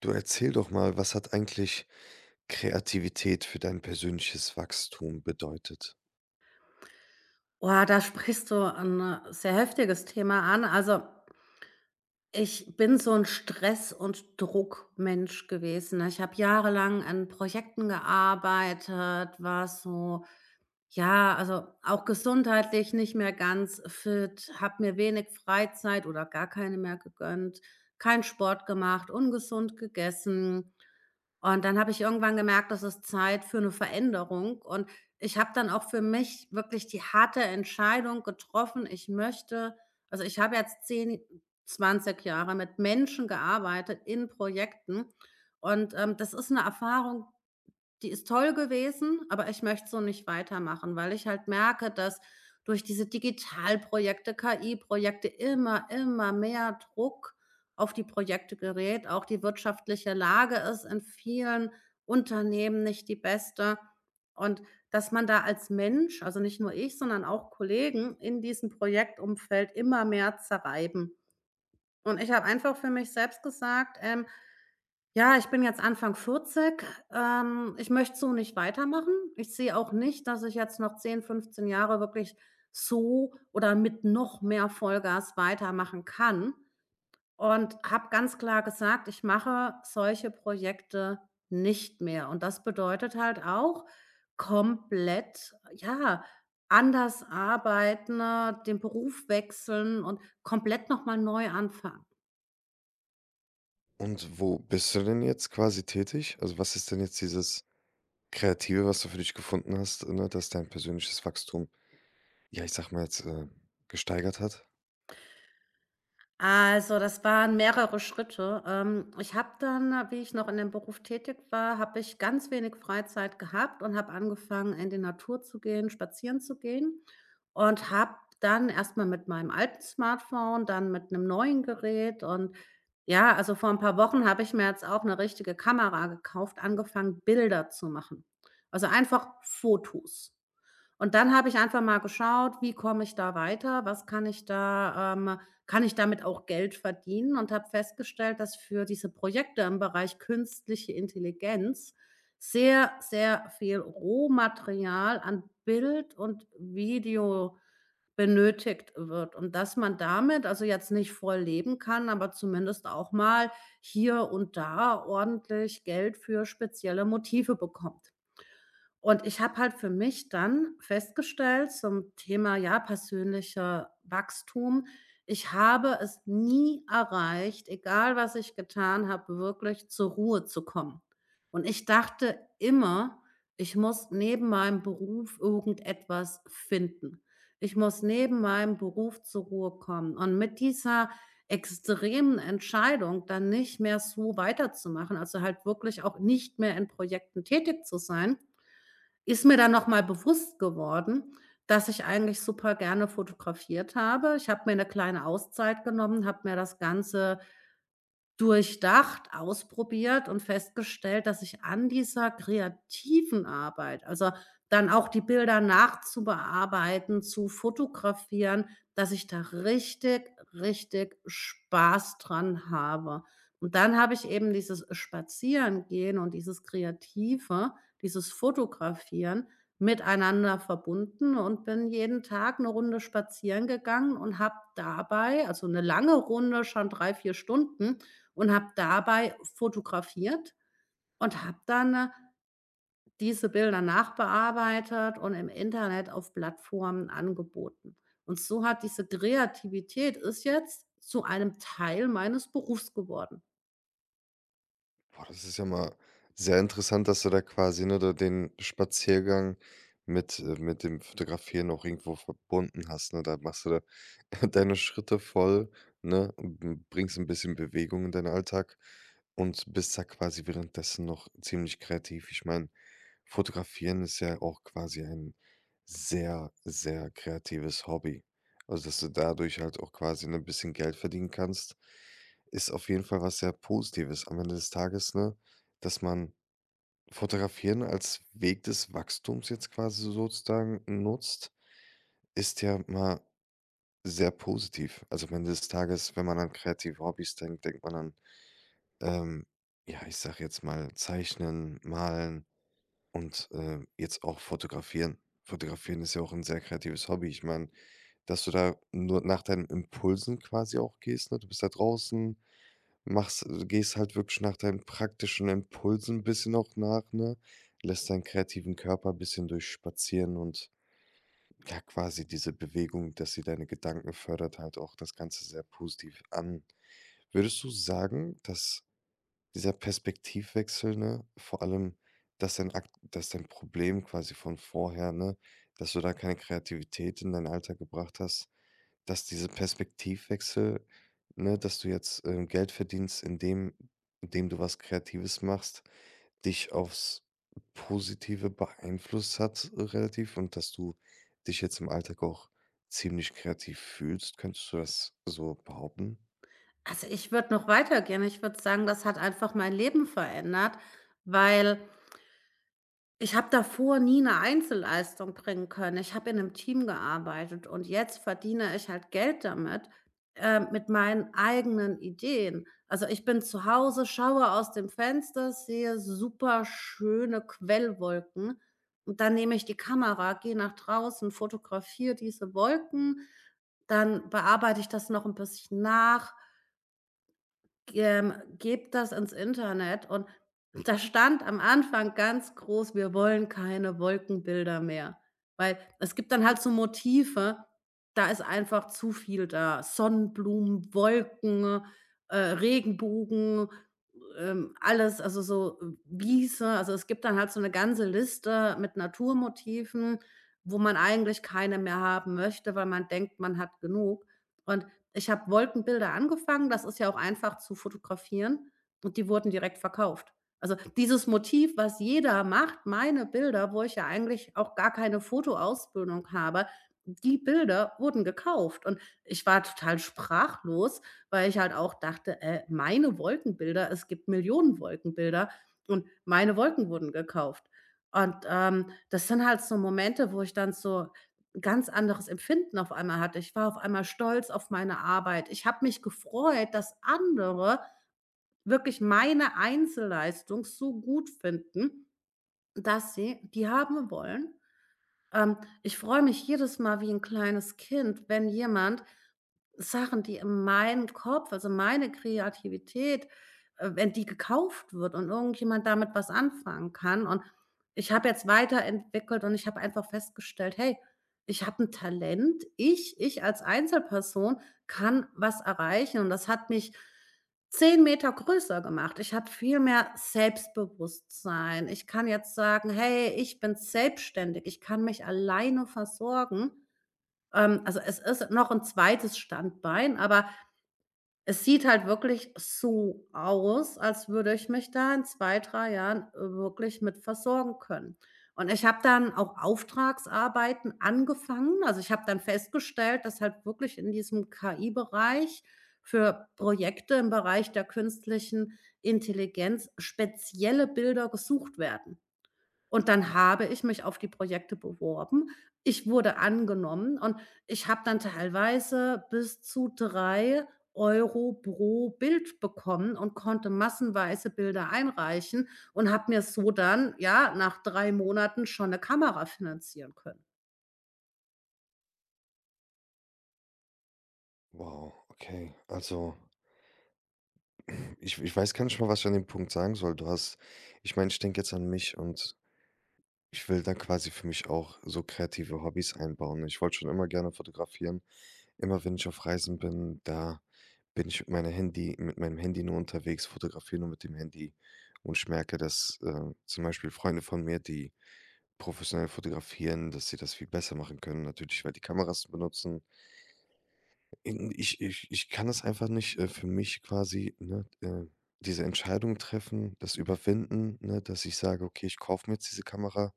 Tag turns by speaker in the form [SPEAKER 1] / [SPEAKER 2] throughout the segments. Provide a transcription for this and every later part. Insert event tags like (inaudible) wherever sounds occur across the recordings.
[SPEAKER 1] Du erzähl doch mal, was hat eigentlich Kreativität für dein persönliches Wachstum bedeutet?
[SPEAKER 2] Oh, da sprichst du 'n sehr heftiges Thema an. Also, ich bin so ein Stress und Druckmensch gewesen. Ich habe jahrelang an Projekten gearbeitet, war so, ja, also auch gesundheitlich nicht mehr ganz fit, habe mir wenig Freizeit oder gar keine mehr gegönnt, keinen Sport gemacht, ungesund gegessen. Und dann habe ich irgendwann gemerkt, das ist Zeit für eine Veränderung. Und ich habe dann auch für mich wirklich die harte Entscheidung getroffen, ich möchte also, ich habe jetzt 10, 20 Jahre mit Menschen gearbeitet in Projekten, und das ist eine Erfahrung, die ist toll gewesen, aber ich möchte so nicht weitermachen, weil ich halt merke, dass durch diese Digitalprojekte, KI-Projekte immer mehr Druck auf die Projekte gerät. Auch die wirtschaftliche Lage ist in vielen Unternehmen nicht die beste. Und dass man da als Mensch, also nicht nur ich, sondern auch Kollegen in diesem Projektumfeld immer mehr zerreiben. Und ich habe einfach für mich selbst gesagt, ja, ich bin jetzt Anfang 40. Ich möchte so nicht weitermachen. Ich sehe auch nicht, dass ich jetzt noch 10, 15 Jahre wirklich so oder mit noch mehr Vollgas weitermachen kann, und habe ganz klar gesagt, ich mache solche Projekte nicht mehr. Und das bedeutet halt auch komplett, ja, anders arbeiten, den Beruf wechseln und komplett noch mal neu anfangen.
[SPEAKER 1] Und wo bist du denn jetzt quasi tätig? Also, was ist denn jetzt dieses Kreative, was du für dich gefunden hast, ne, das dein persönliches Wachstum, ja, ich sag mal jetzt, gesteigert hat?
[SPEAKER 2] Also, das waren mehrere Schritte. Ich habe dann, wie ich noch in dem Beruf tätig war, habe ich ganz wenig Freizeit gehabt und habe angefangen, in die Natur zu gehen, spazieren zu gehen, und habe dann erstmal mit meinem alten Smartphone, dann mit einem neuen Gerät, und ja, also, vor ein paar Wochen habe ich mir jetzt auch eine richtige Kamera gekauft, angefangen, Bilder zu machen. Also, einfach Fotos. Und dann habe ich einfach mal geschaut, wie komme ich da weiter? Was kann ich da Kann ich damit auch Geld verdienen? Und habe festgestellt, dass für diese Projekte im Bereich künstliche Intelligenz sehr, sehr viel Rohmaterial an Bild und Video benötigt wird, und dass man damit, also jetzt nicht voll leben kann, aber zumindest auch mal hier und da ordentlich Geld für spezielle Motive bekommt. Und ich habe halt für mich dann festgestellt zum Thema, ja, persönlicher Wachstum, ich habe es nie erreicht, egal was ich getan habe, wirklich zur Ruhe zu kommen. Und ich dachte immer, ich muss neben meinem Beruf irgendetwas finden. Ich muss neben meinem Beruf zur Ruhe kommen. Und mit dieser extremen Entscheidung, dann nicht mehr so weiterzumachen, also halt wirklich auch nicht mehr in Projekten tätig zu sein, ist mir dann noch mal bewusst geworden, dass ich eigentlich super gerne fotografiert habe. Ich habe mir eine kleine Auszeit genommen, habe mir das Ganze durchdacht, ausprobiert und festgestellt, dass ich an dieser kreativen Arbeit, also dann auch die Bilder nachzubearbeiten, zu fotografieren, dass ich da richtig, richtig Spaß dran habe. Und dann habe ich eben dieses Spazierengehen und dieses Kreative, dieses Fotografieren miteinander verbunden und bin jeden Tag eine Runde spazieren gegangen und habe dabei, also eine lange Runde, schon 3 4 Stunden, und habe dabei fotografiert und habe dann diese Bilder nachbearbeitet und im Internet auf Plattformen angeboten. Und so hat diese Kreativität, ist jetzt zu einem Teil meines Berufs geworden.
[SPEAKER 1] Boah, das ist ja mal sehr interessant, dass du da quasi, ne, da den Spaziergang mit dem Fotografieren auch irgendwo verbunden hast, ne? Da machst du da (laughs) deine Schritte voll, ne. Und b bringst ein bisschen Bewegung in deinen Alltag und bist da quasi währenddessen noch ziemlich kreativ. Ich meine, Fotografieren ist ja auch quasi ein sehr, sehr kreatives Hobby. Also, dass du dadurch halt auch quasi, ne, ein bisschen Geld verdienen kannst, ist auf jeden Fall was sehr Positives am Ende des Tages, ne? Dass man Fotografieren als Weg des Wachstums jetzt quasi sozusagen nutzt, ist ja mal sehr positiv. Also am Ende des Tages, wenn man an kreative Hobbys denkt, denkt man an, ähm, ja, ich sage jetzt mal, Zeichnen, Malen und jetzt auch Fotografieren. Fotografieren ist ja auch ein sehr kreatives Hobby. Ich meine, dass du da nur nach deinen Impulsen quasi auch gehst, ne? Du bist da draußen, machst gehst halt wirklich nach deinen praktischen Impulsen ein bisschen auch nach, ne? Lässt deinen kreativen Körper ein bisschen durchspazieren und ja, quasi diese Bewegung, dass sie deine Gedanken fördert, halt auch das Ganze sehr positiv an. Würdest du sagen, dass dieser Perspektivwechsel, ne? Vor allem, dass dein Akt dass dein Problem quasi von vorher, ne, dass du da keine Kreativität in deinen Alltag gebracht hast, dass diese Perspektivwechsel, ne, dass du jetzt, Geld verdienst, indem du was Kreatives machst, dich aufs Positive beeinflusst hat relativ, und dass du dich jetzt im Alltag auch ziemlich kreativ fühlst. Könntest du das so behaupten?
[SPEAKER 2] Also, ich würde noch weitergehen. Ich würde sagen, das hat einfach mein Leben verändert, weil ich habe davor nie 'ne Einzelleistung bringen können. Ich habe in 'nem Team gearbeitet und jetzt verdiene ich halt Geld damit, mit meinen eigenen Ideen. Also, ich bin zu Hause, schaue aus dem Fenster, sehe superschöne Quellwolken und dann nehme ich die Kamera, gehe nach draußen, fotografiere diese Wolken, dann bearbeite ich das noch 'n bisschen nach, ähm, gebt das ins Internet, und da stand am Anfang ganz groß: „Wir wollen keine Wolkenbilder mehr", weil es gibt dann halt so Motive, da ist einfach zu viel da. Sonnenblumen, Wolken, Regenbogen, alles, also so, Wiese. Also, es gibt dann halt so eine ganze Liste mit Naturmotiven, wo man eigentlich keine mehr haben möchte, weil man denkt, man hat genug. Und ich habe Wolkenbilder angefangen, das ist ja auch einfach zu fotografieren, und die wurden direkt verkauft. Also, dieses Motiv, was jeder macht, meine Bilder, wo ich ja eigentlich auch gar keine Fotoausbildung habe, die Bilder wurden gekauft und ich war total sprachlos, weil ich halt auch dachte: meine Wolkenbilder, es gibt Millionen Wolkenbilder und meine Wolken wurden gekauft." Und, das sind halt so Momente, wo ich dann so ganz anderes Empfinden auf einmal hatte. Ich war auf einmal stolz auf meine Arbeit. Ich habe mich gefreut, dass andere wirklich meine Einzelleistung so gut finden, dass sie die haben wollen. ähm, Ich freue mich jedes Mal wie ein kleines Kind, wenn jemand Sachen, die in meinen Kopf, also meine Kreativität, wenn die gekauft wird und irgendjemand damit was anfangen kann. Und ich habe jetzt weiterentwickelt und ich habe einfach festgestellt: „Hey, ich habe ein Talent. Ich als Einzelperson kann was erreichen." Und das hat mich 10 Meter größer gemacht. Ich habe viel mehr Selbstbewusstsein. Ich kann jetzt sagen: „Hey, ich bin selbstständig. Ich kann mich alleine versorgen." Also, es ist noch ein zweites Standbein, aber es sieht halt wirklich so aus, als würde ich mich da in 2, 3 Jahren, wirklich mit versorgen können. Und ich habe dann auch Auftragsarbeiten angefangen. Also, ich habe dann festgestellt, dass halt wirklich in diesem KI-Bereich für Projekte im Bereich der künstlichen Intelligenz spezielle Bilder gesucht werden. Und dann habe ich mich auf die Projekte beworben. Ich wurde angenommen und ich habe dann teilweise bis zu 3 Euro pro Bild bekommen und konnte massenweise Bilder einreichen und habe mir so dann, ja, nach 3 Monaten schon eine Kamera finanzieren können.
[SPEAKER 1] Wow, okay. Also ich weiß gar nicht mal, was ich an dem Punkt sagen soll. Du hast ich meine, ich denke jetzt an mich und ich will dann quasi für mich auch so kreative Hobbys einbauen. Ich wollte schon immer gerne fotografieren. Immer wenn ich auf Reisen bin, da bin ich mit meiner Handy mit meinem Handy nur unterwegs, fotografiere nur mit dem Handy. Und ich merke, dass, zum Beispiel Freunde von mir, die professionell fotografieren, dass sie das viel besser machen können, natürlich, weil die Kameras benutzen. Hm, ich kann es einfach nicht, für mich quasi, ne, diese Entscheidung treffen, das überwinden, ne, dass ich sage: „Okay, ich kaufe mir jetzt diese Kamera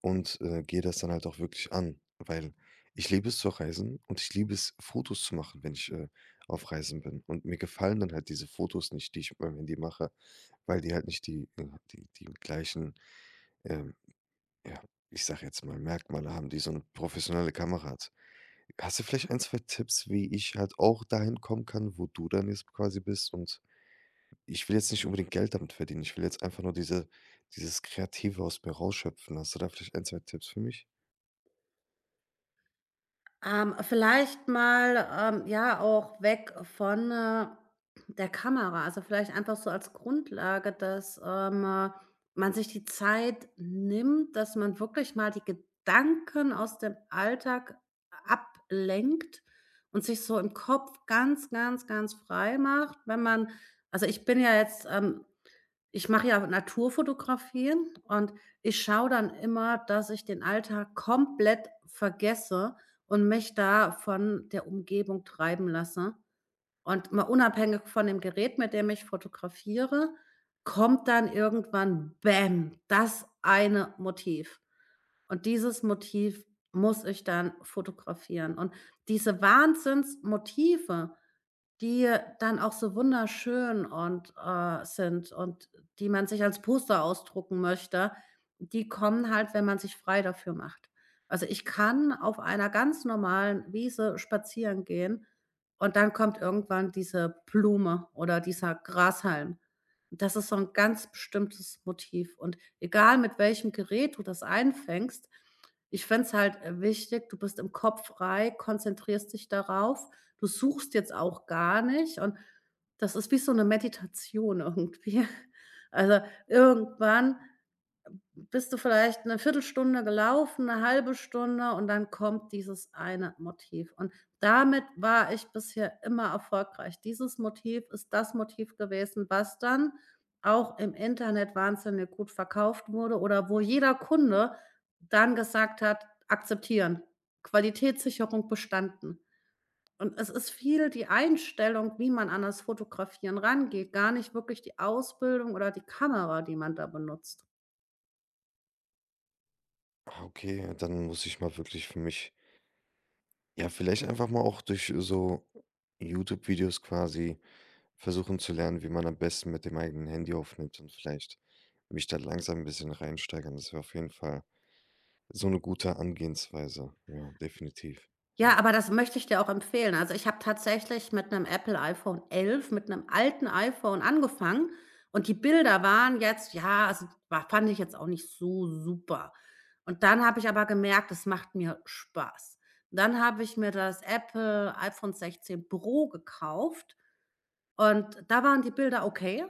[SPEAKER 1] und, gehe das dann halt auch wirklich an.“ Weil ich liebe es zu reisen und ich liebe es, Fotos zu machen, wenn ich, auf Reisen bin. Und mir gefallen dann halt diese Fotos nicht, die ich mit meinem Handy mache, weil die halt nicht die gleichen, ähm, ja, ich sage jetzt mal, Merkmale haben, die so 'ne professionelle Kamera hat. Hast du vielleicht ein, 2 Tipps, wie ich halt auch dahin kommen kann, wo du dann jetzt quasi bist? Und ich will jetzt nicht unbedingt Geld damit verdienen. Ich will jetzt einfach nur dieses Kreative aus mir rausschöpfen. Hast du da vielleicht ein, zwei Tipps für mich?
[SPEAKER 2] Vielleicht mal, ja, auch weg von, der Kamera. Also, vielleicht einfach so als Grundlage, dass man sich die Zeit nimmt, dass man wirklich mal die Gedanken aus dem Alltag ablenkt und sich so im Kopf ganz, ganz, ganz frei macht, wenn man, also, ich bin ja jetzt, ich mache ja Naturfotografien und ich schaue dann immer, dass ich den Alltag komplett vergesse und mich da von der Umgebung treiben lasse. Und mal unabhängig von dem Gerät, mit dem ich fotografiere, kommt dann irgendwann, bäm, das eine Motiv. Und dieses Motiv muss ich dann fotografieren. Und diese Wahnsinnsmotive, die dann auch so wunderschön und, sind, und die man sich als Poster ausdrucken möchte, die kommen halt, wenn man sich frei dafür macht. Also, ich kann auf einer ganz normalen Wiese spazieren gehen und dann kommt irgendwann diese Blume oder dieser Grashalm. Das ist so ein ganz bestimmtes Motiv, und egal mit welchem Gerät du das einfängst, ich finde es halt, wichtig, du bist im Kopf frei, konzentrierst dich darauf, du suchst jetzt auch gar nicht, und das ist wie so eine Meditation (laughs) irgendwie. Also, irgendwann bist du vielleicht eine Viertelstunde gelaufen, eine halbe Stunde, und dann kommt dieses eine Motiv. Und damit war ich bisher immer erfolgreich. Dieses Motiv ist das Motiv gewesen, was dann auch im Internet wahnsinnig gut verkauft wurde, oder wo jeder Kunde dann gesagt hat: „Akzeptieren, Qualitätssicherung bestanden." Und es ist viel die Einstellung, wie man an das Fotografieren rangeht, gar nicht wirklich die Ausbildung oder die Kamera, die man da benutzt.
[SPEAKER 1] Ah, okay, dann muss ich mal wirklich für mich, ja, vielleicht einfach mal auch durch so YouTube-Videos quasi versuchen zu lernen, wie man am besten mit dem eigenen Handy aufnimmt und vielleicht mich da langsam ein bisschen reinsteigern. Das wäre auf jeden Fall so eine gute Angehensweise. Ja, definitiv. Ja.
[SPEAKER 2] Ja, aber das möchte ich dir auch empfehlen. Also, ich habe tatsächlich mit einem Apple iPhone 11, mit einem alten iPhone angefangen, und die Bilder waren jetzt, ja, also, wa fand ich jetzt auch nicht so super. Und dann habe ich aber gemerkt, es macht mir Spaß. Dann habe ich mir das Apple iPhone 16 Pro gekauft, und da waren die Bilder okay.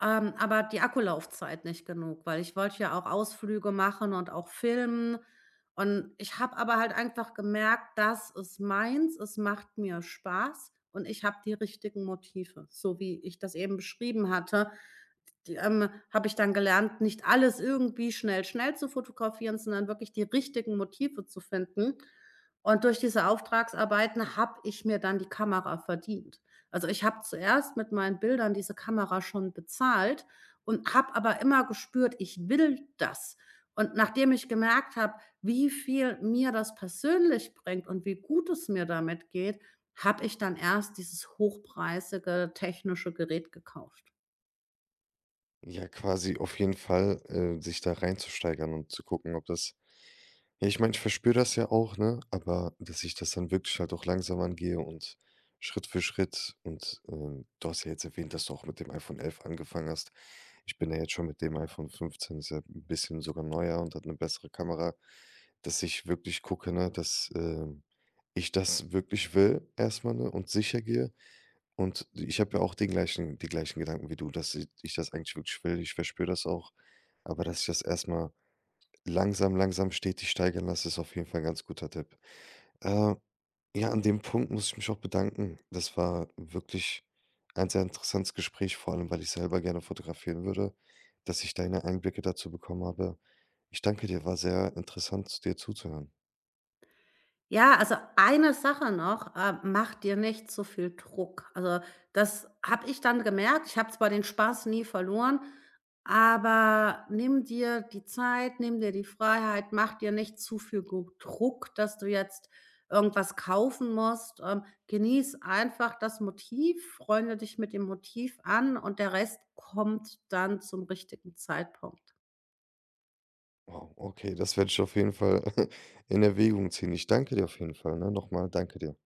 [SPEAKER 2] Aber die Akkulaufzeit nicht genug, weil ich wollte ja auch Ausflüge machen und auch filmen. Und ich habe aber halt einfach gemerkt, das ist meins, es macht mir Spaß, und ich habe die richtigen Motive, so wie ich das eben beschrieben hatte. Die, habe ich dann gelernt, nicht alles irgendwie schnell, schnell zu fotografieren, sondern wirklich die richtigen Motive zu finden. Und durch diese Auftragsarbeiten habe ich mir dann die Kamera verdient. Also, ich habe zuerst mit meinen Bildern diese Kamera schon bezahlt und habe aber immer gespürt, ich will das. Und nachdem ich gemerkt habe, wie viel mir das persönlich bringt und wie gut es mir damit geht, habe ich dann erst dieses hochpreisige technische Gerät gekauft.
[SPEAKER 1] Ja, quasi auf jeden Fall, sich da reinzusteigern und zu gucken, ob das ja, ich meine, ich verspüre das ja auch, ne, aber dass ich das dann wirklich halt auch langsam angehe und Schritt für Schritt und, du hast ja jetzt erwähnt, dass du auch mit dem iPhone 11 angefangen hast. Ich bin ja jetzt schon mit dem iPhone 15, ist ja ein bisschen sogar neuer und hat eine bessere Kamera, dass ich wirklich gucke, ne, dass, ich das wirklich will erstmal, ne, und sicher gehe. Und ich habe ja auch den gleichen die gleichen Gedanken wie du, dass i ich das eigentlich wirklich will. Ich verspüre das auch, aber dass ich das erstmal mal langsam, langsam stetig steigern lasse, ist auf jeden Fall 'n ganz guter Tipp. Äh, ja, an dem Punkt muss ich mich auch bedanken. Das war wirklich ein sehr interessantes Gespräch, vor allem, weil ich selber gerne fotografieren würde, dass ich deine Einblicke dazu bekommen habe. Ich danke dir, war sehr interessant, dir zuzuhören.
[SPEAKER 2] Ja, also eine Sache noch, mach dir nicht so viel Druck. Also, das habe ich dann gemerkt. Ich habe zwar den Spaß nie verloren, aber nimm dir die Zeit, nimm dir die Freiheit, mach dir nicht zu viel Druck, dass du jetzt irgendwas kaufen musst. Genieß einfach das Motiv, freunde dich mit dem Motiv an, und der Rest kommt dann zum richtigen Zeitpunkt.
[SPEAKER 1] Wow, okay, das werde ich auf jeden Fall (laughs) in Erwägung ziehen. Ich danke dir auf jeden Fall, ne? Noch mal danke dir.